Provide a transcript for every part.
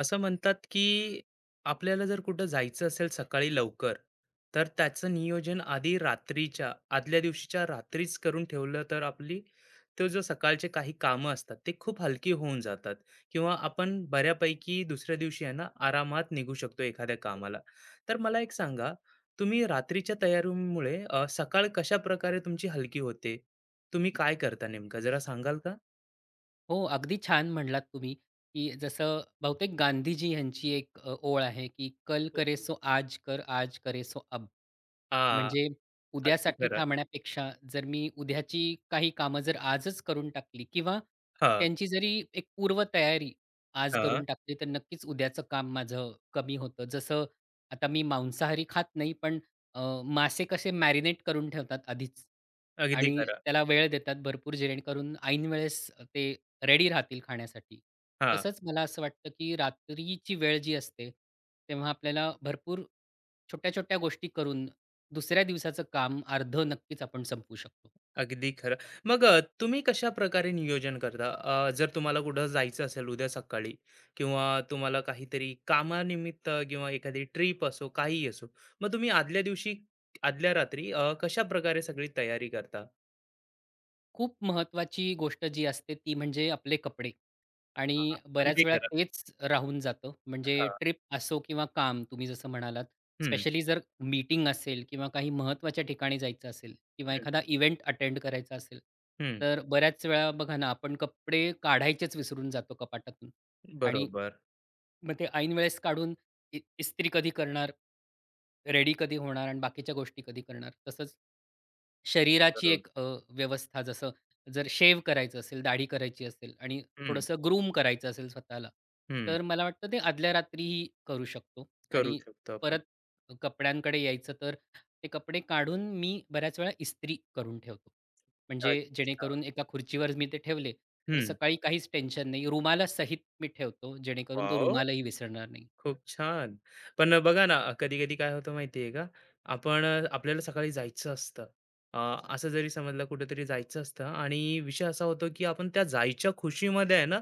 असं म्हणतात की आपल्याला जर कुठं जायचं असेल सकाळी लवकर तर त्याचं नियोजन आधी रात्रीच्या आदल्या दिवशीच्या रात्रीच करून ठेवलं तर आपली तो जो सकाळचे काही कामं असतात ते खूप हलकी होऊन जातात किंवा आपण बऱ्यापैकी दुसऱ्या दिवशी आहे ना आरामात निघू शकतो एखाद्या कामाला. तर मला एक सांगा, तुम्ही रात्रीच्या तयारीमुळे सकाळ कशा प्रकारे तुमची हलकी होते? तुम्ही काय करता नेमकं जरा सांगाल का? हो, अगदी छान म्हणलात तुम्ही, की जसं बहुतेक गांधीजी यांची एक ओळ आहे, की "कल हो. करे सो आज कर, आज करे सो अब." हा. म्हणजे अगदी उद्यासाठी खरं. थांबण्यापेक्षा जर मी उद्याची काही कामं जर आजच करून टाकली किंवा हा. त्यांची जरी एक पूर्वतयारी आज हा. करून टाकली, तर नक्कीच उद्याचं काम माझं कमी होतं. जसं आता मी मांसाहारी खात नाही, पण मासे कसे मॅरिनेट करून ठेवतात आधीच अगदी आणि खरं. त्याला वेळ देतात भरपूर जेणेकरून ऐन वेळेस ते रेडी राहतील खाण्यासाठी. हां, तसंच मला असं वाटतं, की रात्रीची वेळ जी असते, तेव्हा आपल्याला भरपूर छोट्या-छोट्या गोष्टी करून दुसऱ्या दिवसाचं काम अर्धं नक्कीच आपण संपवू शकतो. अगदी खरं. मग तुम्ही कशाप्रकारे नियोजन करता? जर तुम्हाला कुठं जायचं असेल उद्या सकाळी किंवा तुम्हाला काहीतरी कामानिमित्त किंवा एखादी ट्रिप असो, काहीही असो, मग तुम्ही आदल्या दिवशी, आदल्या रात्री कशाप्रकारे सगळी तयारी करता? खूप महत्त्वाची गोष्ट जी असते ती म्हणजे आपले कपडे आणि हां, अगदी बऱ्याच वेळा खरं. तेच राहून जातं. म्हणजे हां. ट्रिप असो किंवा काम तुम्ही जसं म्हणालात, हं. स्पेशली जर मीटिंग असेल किंवा काही महत्त्वाच्या ठिकाणी जायचं असेल किंवा हं. एखादा इव्हेंट अटेंड करायचा असेल, हं. तर बऱ्याच वेळा बघा ना, आपण कपडे काढायचेच विसरून जातो कपाटातून आणि बरोबर. मग ते ऐन वेळेस काढून इस्त्री कधी करणार, रेडी कधी होणार आणि बाकीच्या गोष्टी कधी करणार. तसंच शरीराची बरोबर. एक व्यवस्था जसं जर शेव करायचं असेल, दाढी करायची असेल आणि हं. थोडंसं ग्रूम करायचं असेल स्वतःला, हं. तर मला वाटतं ते आदल्या रात्रीही करू शकतो करू आणि शकतो आपण. परत कपड्यांकडे यायचं तर ते कपडे काढून मी बऱ्याच वेळा इस्त्री करून ठेवतो. म्हणजे अच्छा. जेणेकरून एका खुर्चीवर मी ते ठेवले, तर हं. सकाळी काहीच टेन्शन नाही. रुमालासहित मी ठेवतो, जेणेकरून तो वॉव! रुमालही विसरणार नाही. खूप छान. पण बघा ना, कधी-कधी काय होतं माहिती आहे का? आपण, आपल्याला सकाळी जायचं असतं. अ, असं जरी समजलं कुठेतरी जायचं असतं आणि विषय असा होतो, की आपण त्या जायच्या खुशीमध्ये आहे ना,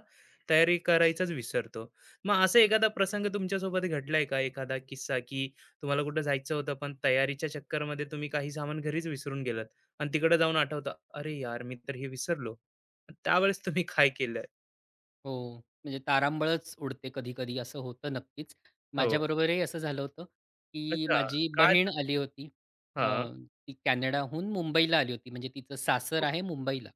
तयारी करायचाच विसरतो. मग असा एखादा प्रसंग तुमच्यासोबत घडलाय का? एखादा किस्सा, की तुम्हाला कुठं जायचं होतं, पण तयारीच्या चक्करमध्ये तुम्ही काही सामान घरीच विसरून गेलात आणि तिकडे जाऊन आठवतं, "अरे यार, मी तर हे विसरलो." त्यावेळेस तुम्ही काय केलंय? हो. म्हणजे तारांबळच उडते कधी-कधी असं होतं नक्कीच. हो. माझ्याबरोबरही असं झालं होतं, की अच्छा. माझी काय बहीण झालं? आली होती. अ, हां. ती कॅनडाहून मुंबईला आली होती. म्हणजे तिचं सासर आहे मुंबईला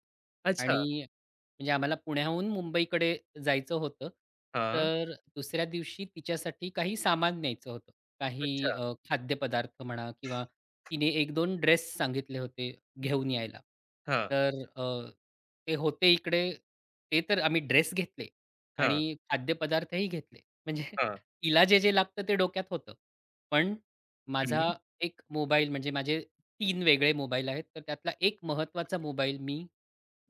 अच्छा. आणि म्हणजे आम्हाला पुण्याहून मुंबईकडे जायचं होतं. हां. तर दुसऱ्या दिवशी तिच्यासाठी काही सामान न्यायचं होतं. काही अच्छा. खाद्यपदार्थ म्हणा किंवा तिने 1-2 ड्रेस सांगितले होते घेऊन यायला. हां, तर अ, ते होते इकडे. ते तर आम्ही ड्रेस घेतले आणि हां, खाद्यपदार्थही घेतले. म्हणजे हां. तिला जे-जे लागतं ते डोक्यात होतं. पण माझा हं. एक मोबाईल म्हणजे माझे तीन वेगळे मोबाईल आहेत. तर त्यातला एक महत्त्वाचा मोबाईल मी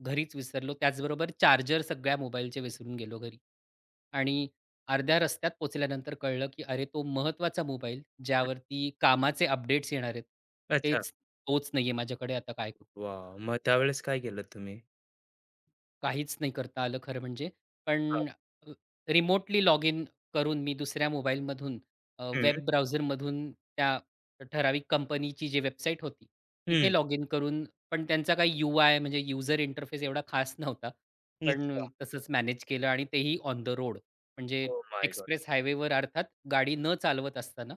घरीच विसरलो. त्याचबरोबर चार्जर सगळ्या मोबाईलचे विसरून गेलो घरी आणि अर्ध्या रस्त्यात पोहोचल्यानंतर कळलं, की अरे तो महत्त्वाचा मोबाईल, ज्यावरती कामाचे अपडेट्स येणार आहेत. अच्छा. तोच नाहीये माझ्याकडे. आता काय करू? वॉव! मग त्यावेळेस काय केलं तुम्ही? काहीच नाही करता आलं खरं म्हणजे. हां. पण रिमोटली लॉग इन करून मी दुसऱ्या मोबाईलमधून हं. वेब ब्राउझरमधून त्या ठराविक कंपनीची जी वेबसाईट होती, हं. तिथे लॉग इन करून पण त्यांचा काही यू-आय म्हणजे यूजर इंटरफेस एवढा खास नव्हता. पण अच्छा. तसंच मॅनेज केलं आणि तेही ऑन द रोड. म्हणजे ओह माय गॉड! एक्सप्रेस हायवेवर अर्थात गाडी न चालवत असताना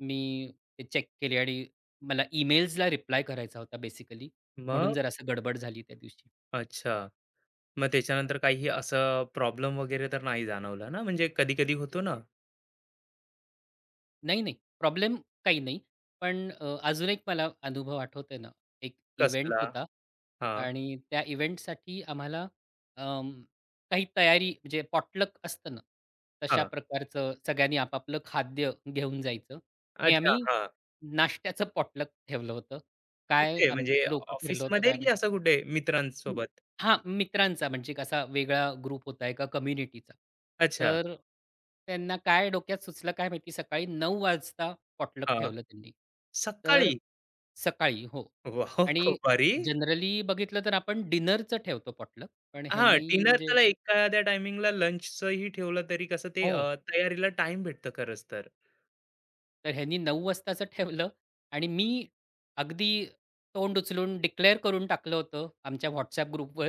मी ते चेक केले आणि मला ईमेल्सला रिप्लाय करायचा होता बेसिकली म्हणून मग? जरासं गडबड झाली त्या दिवशी. अच्छा. मग त्याच्यानंतर काही असं प्रॉब्लेम वगैरे तर नाही जाणवला ना? म्हणजे कधी-कधी होतो ना? नाही, नाही. प्रॉब्लेम काही नाही. पण अजून एक मला अनुभव आठवतोय ना, एक इव्हेंट कसला? होता हां, आणि त्या इव्हेंटसाठी आम्हाला अं, काही तयारी म्हणजे पॉटलक असतं ना, तशा हां. प्रकारचं सगळ्यांनी आपापलं खाद्य घेऊन जायचं. हे अच्छा, आम्ही हां. नाश्त्याचं पॉटलक ठेवलं होतं. काय कुठे म्हणजे आमचं डोकं फिरलं होतं ऑफिसमध्ये काय की असं कुठे हं. मित्रांसोबत? हां, मित्रांचा म्हणजे कसा वेगळा ग्रुप होता एका कम्युनिटीचा. अच्छा. तर त्यांना काय डोक्यात सुचलं काय माहिती सकाळी 9:00 वाजता पॉटलक हां. ठेवलं त्यांनी. तर सकाळी? सकाळी हो. वॉव! खूप आणि भारी. जनरली बघितलं तर आपण डिनरचं ठेवतो पॉटलक. पण हां, ह्यांनी डिनर म्हणजे त्याला एखाद्या टायमिंगला लंचचंही ठेवलं तरी कसं ते हो. तयारीला टाईम भेटतो खरंच तर. तर ह्यांनी 9:00 वाजताचं ठेवलं आणि मी अगदी तोंड उचलून डिक्लेअर करून टाकलं होतं आमच्या WhatsApp ग्रुपवर,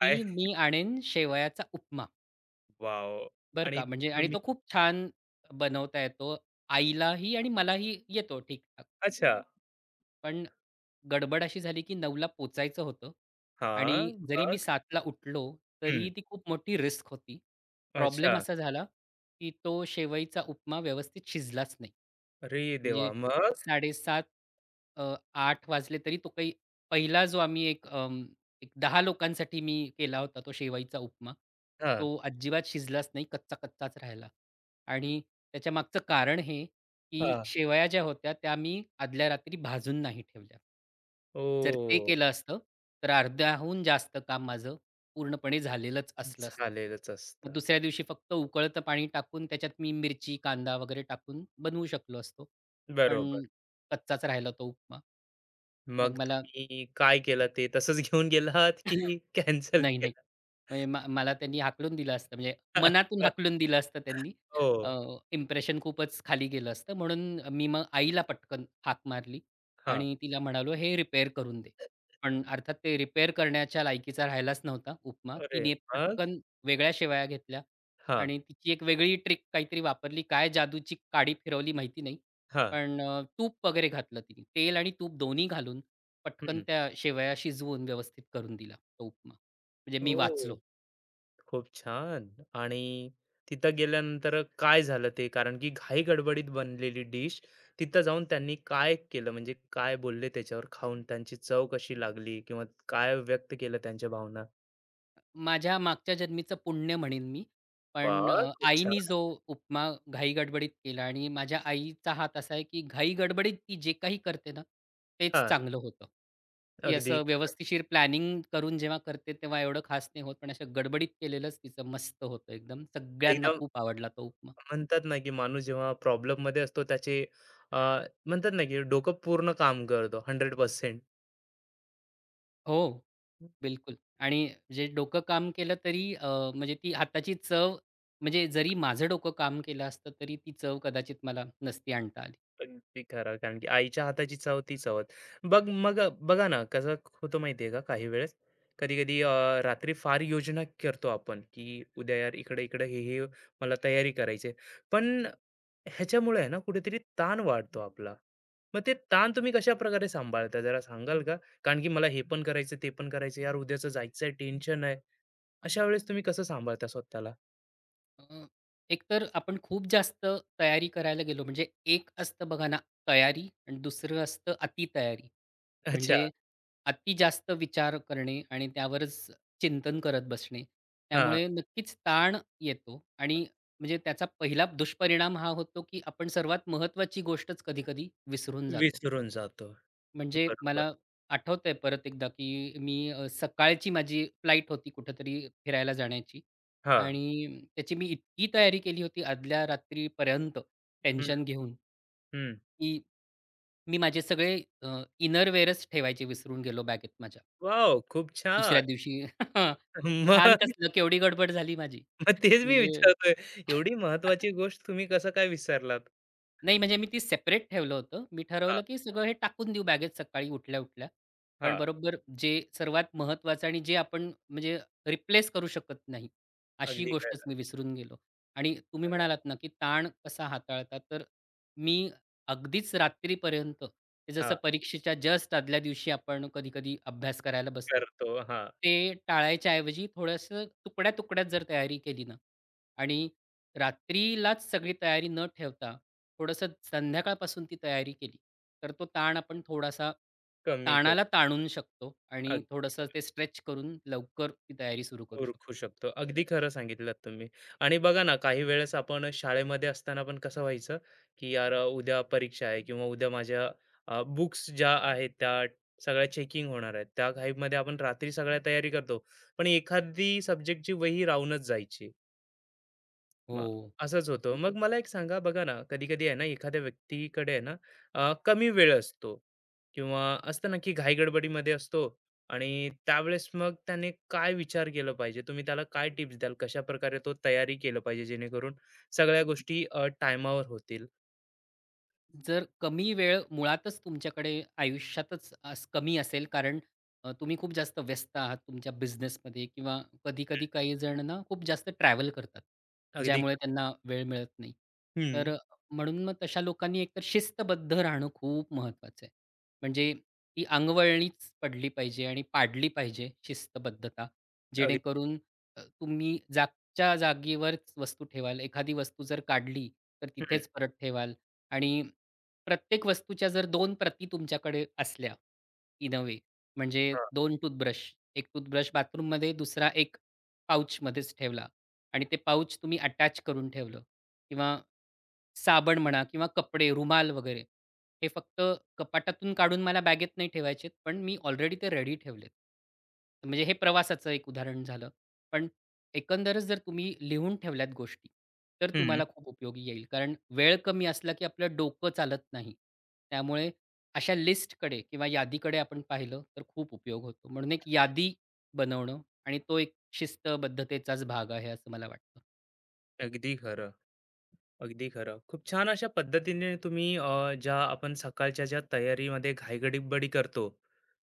काय. मी आणेन शेवयाचा उपमा. वॉव! बरं आणि का, म्हणजे आणि तुम्ही. तो खूप छान बनवता येतो. आईलाही आणि मलाही येतो ठीक-ठाक. अच्छा. पण गडबड अशी झाली, की 9:00 ला पोचायचं होतं हां. आणि जरी मी मग? 7:00 ला उठलो, हं. तरी ती खूप मोठी रिस्क होती. प्रॉब्लेम अच्छा. असा झाला, की तो शेवईचा उपमा व्यवस्थित शिजलाच नाही. अरे म्हणजे देवा! मग? 7:30 अ, आठ वाजले तरी तो काही पहिला जो आम्ही एक 10 लोकांसाठी मी केला होता तो शेवईचा उपमा, हां, तो अजिबात शिजलाच नाही, कच्चा-कच्चाच राहिला आणि त्याच्यामागचं कारण हे, की हां. शेवया ज्या होत्या त्या मी आदल्या रात्री भाजून नाही ठेवल्या. जर ते ओह! केलं असतं, तर अर्ध्याहून जास्त काम माझं पूर्णपणे झालेलंच असलं असतं. झालेलंच मग असतं. दुसऱ्या दिवशी फक्त उकळतं पाणी टाकून त्याच्यात मी मिरची, कांदा वगैरे टाकून बनवू शकलो असतो. बरोबर. पण कच्चाच राहिला तो उपमा. मग मग मला तुम्ही काय केलं? ते तसंच घेऊन गेलात की कॅन्सल नाही, नाही. केलं? म्हणजे मला त्यांनी हाकलून दिलं असतं, म्हणजे मनातून हाकलून दिलं असतं त्यांनी. हो. इम्प्रेशन खूपच खाली गेलं असतं. म्हणून मी मग आईला पटकन हाक मारली हां. आणि तिला म्हणालो, "हे रिपेअर करून दे." पण अर्थात ते रिपेअर करण्याच्या लायकीचा राहिलाच नव्हता उपमा. अरे. तिने मग? पटकन वेगळ्या शेवाया घेतल्या हां, आणि तिची एक वेगळी ट्रिक काहीतरी वापरली. काय जादूची काडी फिरवली माहिती नाही. हां. पण तूप वगैरे घातलं तिने. तेल आणि तूप दोन्ही घालून पटकन हं. त्या शेवया शिजवून व्यवस्थित करून दिला तो उपमा. म्हणजे मी वाचलो. ओह! खूप छान. आणि तिथं गेल्यानंतर काय झालं ते? कारण की घाई गडबडीत बनलेली डिश, तिथं जाऊन त्यांनी काय केलं? म्हणजे काय बोलले त्याच्यावर खाऊन? त्यांची चव कशी लागली? किंवा काय व्यक्त केलं त्यांच्या भावना? माझ्या मागच्या जन्मीचं पुण्य म्हणेन मी. पण वाह! खूप छान. आईनी जो उपमा घाई-गडबडीत केला आणि माझ्या आईचा हात असा आहे, की घाई-गडबडीत ती जे काही करते ना, तेच हां, चांगलं होतं. ती अगदी असं व्यवस्थिशीर प्लॅनिंग करून जेव्हा करते, तेव्हा एवढं खास नाही होत. पण अशा गडबडीत केलेलंच तिचं मस्त होतं एकदम. सगळ्यांना एकदम खूप आवडला तो उपमा. म्हणतात ना, की माणूस जेव्हा प्रॉब्लेममध्ये असतो त्याचे, अ, म्हणतात ना, की डोकं पूर्ण काम करतो 100%. हो, बिलकुल. आणि जे डोकं काम केलं तरी अ, म्हणजे ती हाताची चव म्हणजे जरी माझं डोकं काम केलं असतं, तरी ती चव कदाचित मला नसती आणता आली. अगदी खरं. कारण की आईच्या हाताची चव ती चवच. बघ मग, बघा ना, कसं होतं माहितीये का काही वेळेस, कधी-कधी रात्री फार योजना करतो आपण, की उद्या यार इकडे-इकडे हे-हे मला तयारी करायची आहे. पण ह्याच्यामुळे आहे ना कुठेतरी ताण वाढतो आपला. मग ते ताण तुम्ही कशाप्रकारे सांभाळता जरा सांगाल का? कारण की मला हे पण करायचं, ते पण करायचं. यार उद्याचं जायचंय, टेन्शन आहे. अशा वेळेस तुम्ही कसं सांभाळता स्वतःला? अ, एकतर आपण खूप जास्त तयारी करायला गेलो म्हणजे एक असतं बघा ना तयारी आणि दुसरं असतं अति तयारी. अच्छा. म्हणजे अति जास्त विचार करणे आणि त्यावरच चिंतन करत बसणे. हां. त्यामुळे नक्कीच ताण येतो आणि म्हणजे त्याचा पहिला दुष्परिणाम हा होतो, की आपण सर्वात महत्त्वाची गोष्टच कधी-कधी विसरून जातो. विसरून जातो. म्हणजे बरोबर. मला आठवतंय परत एकदा, की मी सकाळची माझी फ्लाइट होती कुठेतरी फिरायला जाण्याची हां. आणि त्याची मी इतकी तयारी केली होती आदल्या रात्रीपर्यंत हं. टेन्शन घेऊन, हं. की मी माझे सगळे इनर वेअरच ठेवायचे विसरून गेलो बॅगेत माझ्या. वॉव! खूप दुसऱ्या छान. दिवशी छान मग. कसलं केवढी गडबड झाली माझी. मग तेच मी म्हणजे विचारतोय. एवढी महत्वाची गोष्ट तुम्ही कसं काय विसरलात? नाही, म्हणजे मी ती सेपरेट ठेवलं होतं. मी हां, ठरवलं, की सगळं हे टाकून देऊ बॅगेत सकाळी उठल्या-उठल्या. पण हां. बरोबर जे सर्वात महत्त्वाचं आणि जे आपण म्हणजे रिप्लेस करू शकत नाही, अशी अगदी गोष्टच खरं, मी विसरून गेलो. आणि तुम्ही खरं. म्हणालात ना, की ताण कसा हाताळता? तर मी अगदीच रात्रीपर्यंत ते जसं हां, परीक्षेच्या जस्ट आदल्या दिवशी आपण कधी-कधी अभ्यास करायला बसतो. करतो. हां, ते टाळायच्या ऐवजी थोडंसं तुकड्या-तुकड्यात जर तयारी केली ना आणि रात्रीलाच सगळी तयारी न ठेवता थोडंसं संध्याकाळपासून ती तयारी केली, तर तो ताण आपण थोडासा कमी करू. ताणाला ताणून शकतो आणि अगदी थोडंसं ते स्ट्रेच करून लवकर ती तयारी सुरू करू शकतो. ओळखू शकतो. अगदी खरं सांगितलंत तुम्ही. आणि बघा ना, काही वेळेस आपण शाळेमध्ये असताना पण कसं व्हायचं, की यार उद्या परीक्षा आहे किंवा उद्या माझ्या बुक्स ज्या आहेत त्या सगळ्या चेकिंग होणार आहेत. त्या घाईमध्ये आपण रात्री सगळ्या तयारी करतो. पण एखादी सब्जेक्टची वही राहूनच जायची. मग हो. असंच होतं. मग मला एक सांगा, बघा ना, कधी-कधी आहे ना, एखाद्या व्यक्तीकडे आहे ना, कमी वेळ असतो किंवा असतं ना, की घाई-गडबडीमध्ये असतो आणि त्यावेळेस मग त्याने काय विचार केला पाहिजे? तुम्ही त्याला काय टिप्स द्याल? कशाप्रकारे तो तयारी केलं पाहिजे जेणेकरून सगळ्या गोष्टी टायमावर होतील? जर कमी वेळ मुळातच तुमच्याकडे आयुष्यातच अस कमी असेल कारण तुम्ही खूप जास्त व्यस्त आहात तुमच्या बिझनेसमध्ये किंवा कधी-कधी काही जण ना खूप जास्त ट्रॅव्हल करतात, अगदी ज्यामुळे खरं. त्यांना वेळ मिळत नाही. तर हं. अ, म्हणून मग तशा लोकांनी एकतर शिस्तबद्ध राहणं खूप महत्त्वाचं आहे. म्हणजे ती अंगवळणीच पडली पाहिजे आणि पाडली पाहिजे शिस्तबद्धता. अगदी. जेणेकरून तुम्ही जागच्या जागेवरच वस्तू ठेवाल. एखादी वस्तू जर काढली, तर हं. तिथेच परत ठेवाल आणि प्रत्येक वस्तूच्या जर दोन प्रती तुमच्याकडे असल्या, इन अ वे म्हणजे हां. 2 टूथब्रश, 1 टूथब्रश बाथरूममध्ये, दुसरा एक पाउचमध्येच ठेवला आणि ते पाउच तुम्ही अटॅच करून ठेवलं किंवा साबण म्हणा किंवा कपडे, रुमाल वगैरे हे फक्त कपाटातून काढून मला बॅगेत नाही ठेवायचेत, पण मी ऑलरेडी ते रेडी ठेवलेत. म्हणजे हे प्रवासाचं एक उदाहरण झालं. पण एकंदरच जर तुम्ही लिहून ठेवल्यात गोष्टी, तर हं. तुम्हाला खूप उपयोगी येईल. कारण वेळ कमी असला की आपलं डोकं चालत नाही. त्यामुळे अशा लिस्टकडे किंवा यादीकडे आपण पाहिलं तर खूप उपयोग होतो. म्हणून एक यादी बनवणं आणि तो एक शिस्तबद्धतेचाच भाग आहे असं मला वाटतं. अगदी खरं. अगदी खरं. खूप छान अशा पद्धतीने तुम्ही ज्या आपण सकाळच्या ज्या तयारीमध्ये घाईगडीबडी करतो,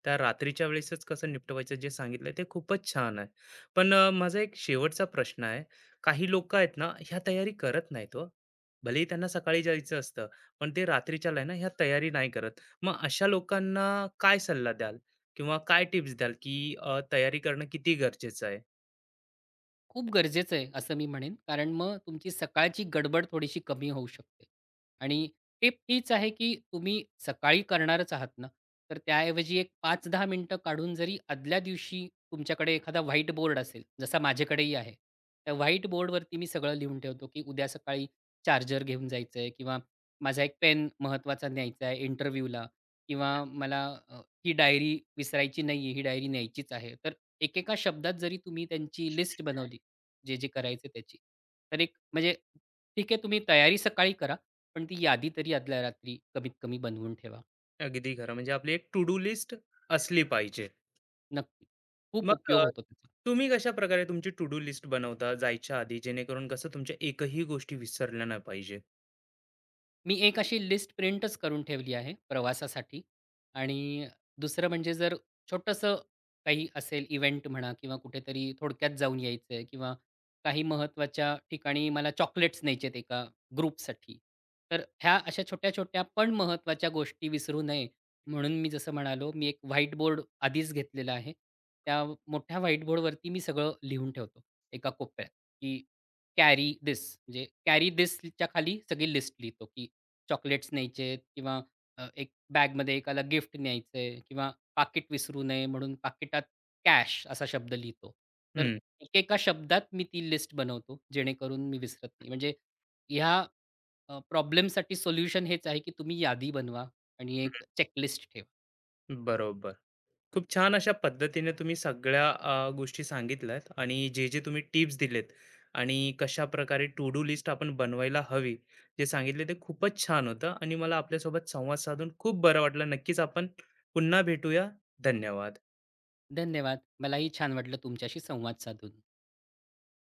त्या रात्रीच्या वेळेसच कसं निपटवायचं जे सांगितलंय ते खूपच छान आहे. पण माझा एक शेवटचा प्रश्न आहे. काही लोकं आहेत ना, ह्या तयारी करत नाहीत हो. भलेही त्यांना सकाळी जायचं असतं, पण ते रात्रीच्याला आहे ना, ह्या तयारी नाही करत. मग अशा लोकांना काय सल्ला द्याल किंवा काय टिप्स द्याल, की तयारी करणं किती गरजेचं आहे? खूप गरजेचं आहे असं मी म्हणेन. कारण मग तुमची सकाळची गडबड थोडीशी कमी होऊ शकते. आणि टिप हीच आहे, की तुम्ही सकाळी करणारच आहात ना, तर त्याऐवजी एक पाच 10 मिनिटं काढून जरी आदल्या दिवशी तुमच्याकडे एखादा व्हाईट बोर्ड असेल, जसा माझ्याकडेही आहे. त्या व्हाईट बोर्डवरती मी सगळं लिहून ठेवतो, की उद्या सकाळी चार्जर घेऊन जायचं आहे किंवा माझा एक पेन महत्त्वाचा न्यायचा आहे इंटरव्ह्यूला किंवा अ, ही डायरी विसरायची नाहीये, ही डायरी न्यायचीच आहे. तर एकेका शब्दात जरी तुम्ही त्यांची लिस्ट बनवली, जे-जे करायचे त्याची. तर एक म्हणजे ठीक आहे तुम्ही तयारी सकाळी करा, पण ती यादी तरी आदल्या रात्री कमीत कमी बनवून ठेवा. अगदी खरं. म्हणजे आपली एक टू डू लिस्ट असली पाहिजे. नक्की. खूप मग उपयोग होतो त्याचा. तुम्ही कशाप्रकारे तुमची टू डू लिस्ट बनवता जायच्या आधी, जेणेकरून कसं तुमच्या एकही गोष्टी विसरल्या नाही पाहिजे? मी एक अशी लिस्ट प्रिंटच करून ठेवली आहे प्रवासासाठी आणि दुसरं म्हणजे जर छोटंसं काही असेल इव्हेंट म्हणा किंवा कुठेतरी थोडक्यात जाऊन यायचं आहे किंवा काही महत्त्वाच्या ठिकाणी मला चॉकलेट्स न्यायचे आहेत एका ग्रुपसाठी. तर ह्या अशा छोट्या-छोट्या पण महत्त्वाच्या गोष्टी विसरू नये म्हणून मी जसं म्हणालो, मी एक व्हाईट बोर्ड आधीच घेतलेला आहे. त्या मोठ्या व्हाईट बोर्डवरती मी सगळं लिहून ठेवतो एका कोपऱ्यात, की कॅरी धिस म्हणजे कॅरी धिसच्या खाली सगळी लिस्ट लिहितो, की चॉकलेट्स न्यायचेत किंवा एक बॅगमध्ये एकाला गिफ्ट न्यायचं आहे किंवा पाकीट विसरू नये म्हणून पाकिटात कॅश असा शब्द लिहितो. तर हं, एकेका शब्दात मी ती लिस्ट बनवतो, जेणेकरून मी विसरत नाही. म्हणजे ह्या प्रॉब्लेमसाठी सोल्युशन हेच आहे, की तुम्ही यादी बनवा आणि एक चेकलिस्ट ठेवा. बरोबर. खूप छान अशा पद्धतीने तुम्ही सगळ्या गोष्टी सांगितल्यात आणि जे-जे तुम्ही टिप्स दिलेत आणि कशाप्रकारे टू डू लिस्ट आपण बनवायला हवी, जे सांगितले ते खूपच छान होतं आणि मला आपल्यासोबत संवाद साधून खूप बरं वाटलं. नक्कीच आपण पुन्हा भेटूया. धन्यवाद. धन्यवाद. मलाही छान वाटलं तुमच्याशी संवाद साधून.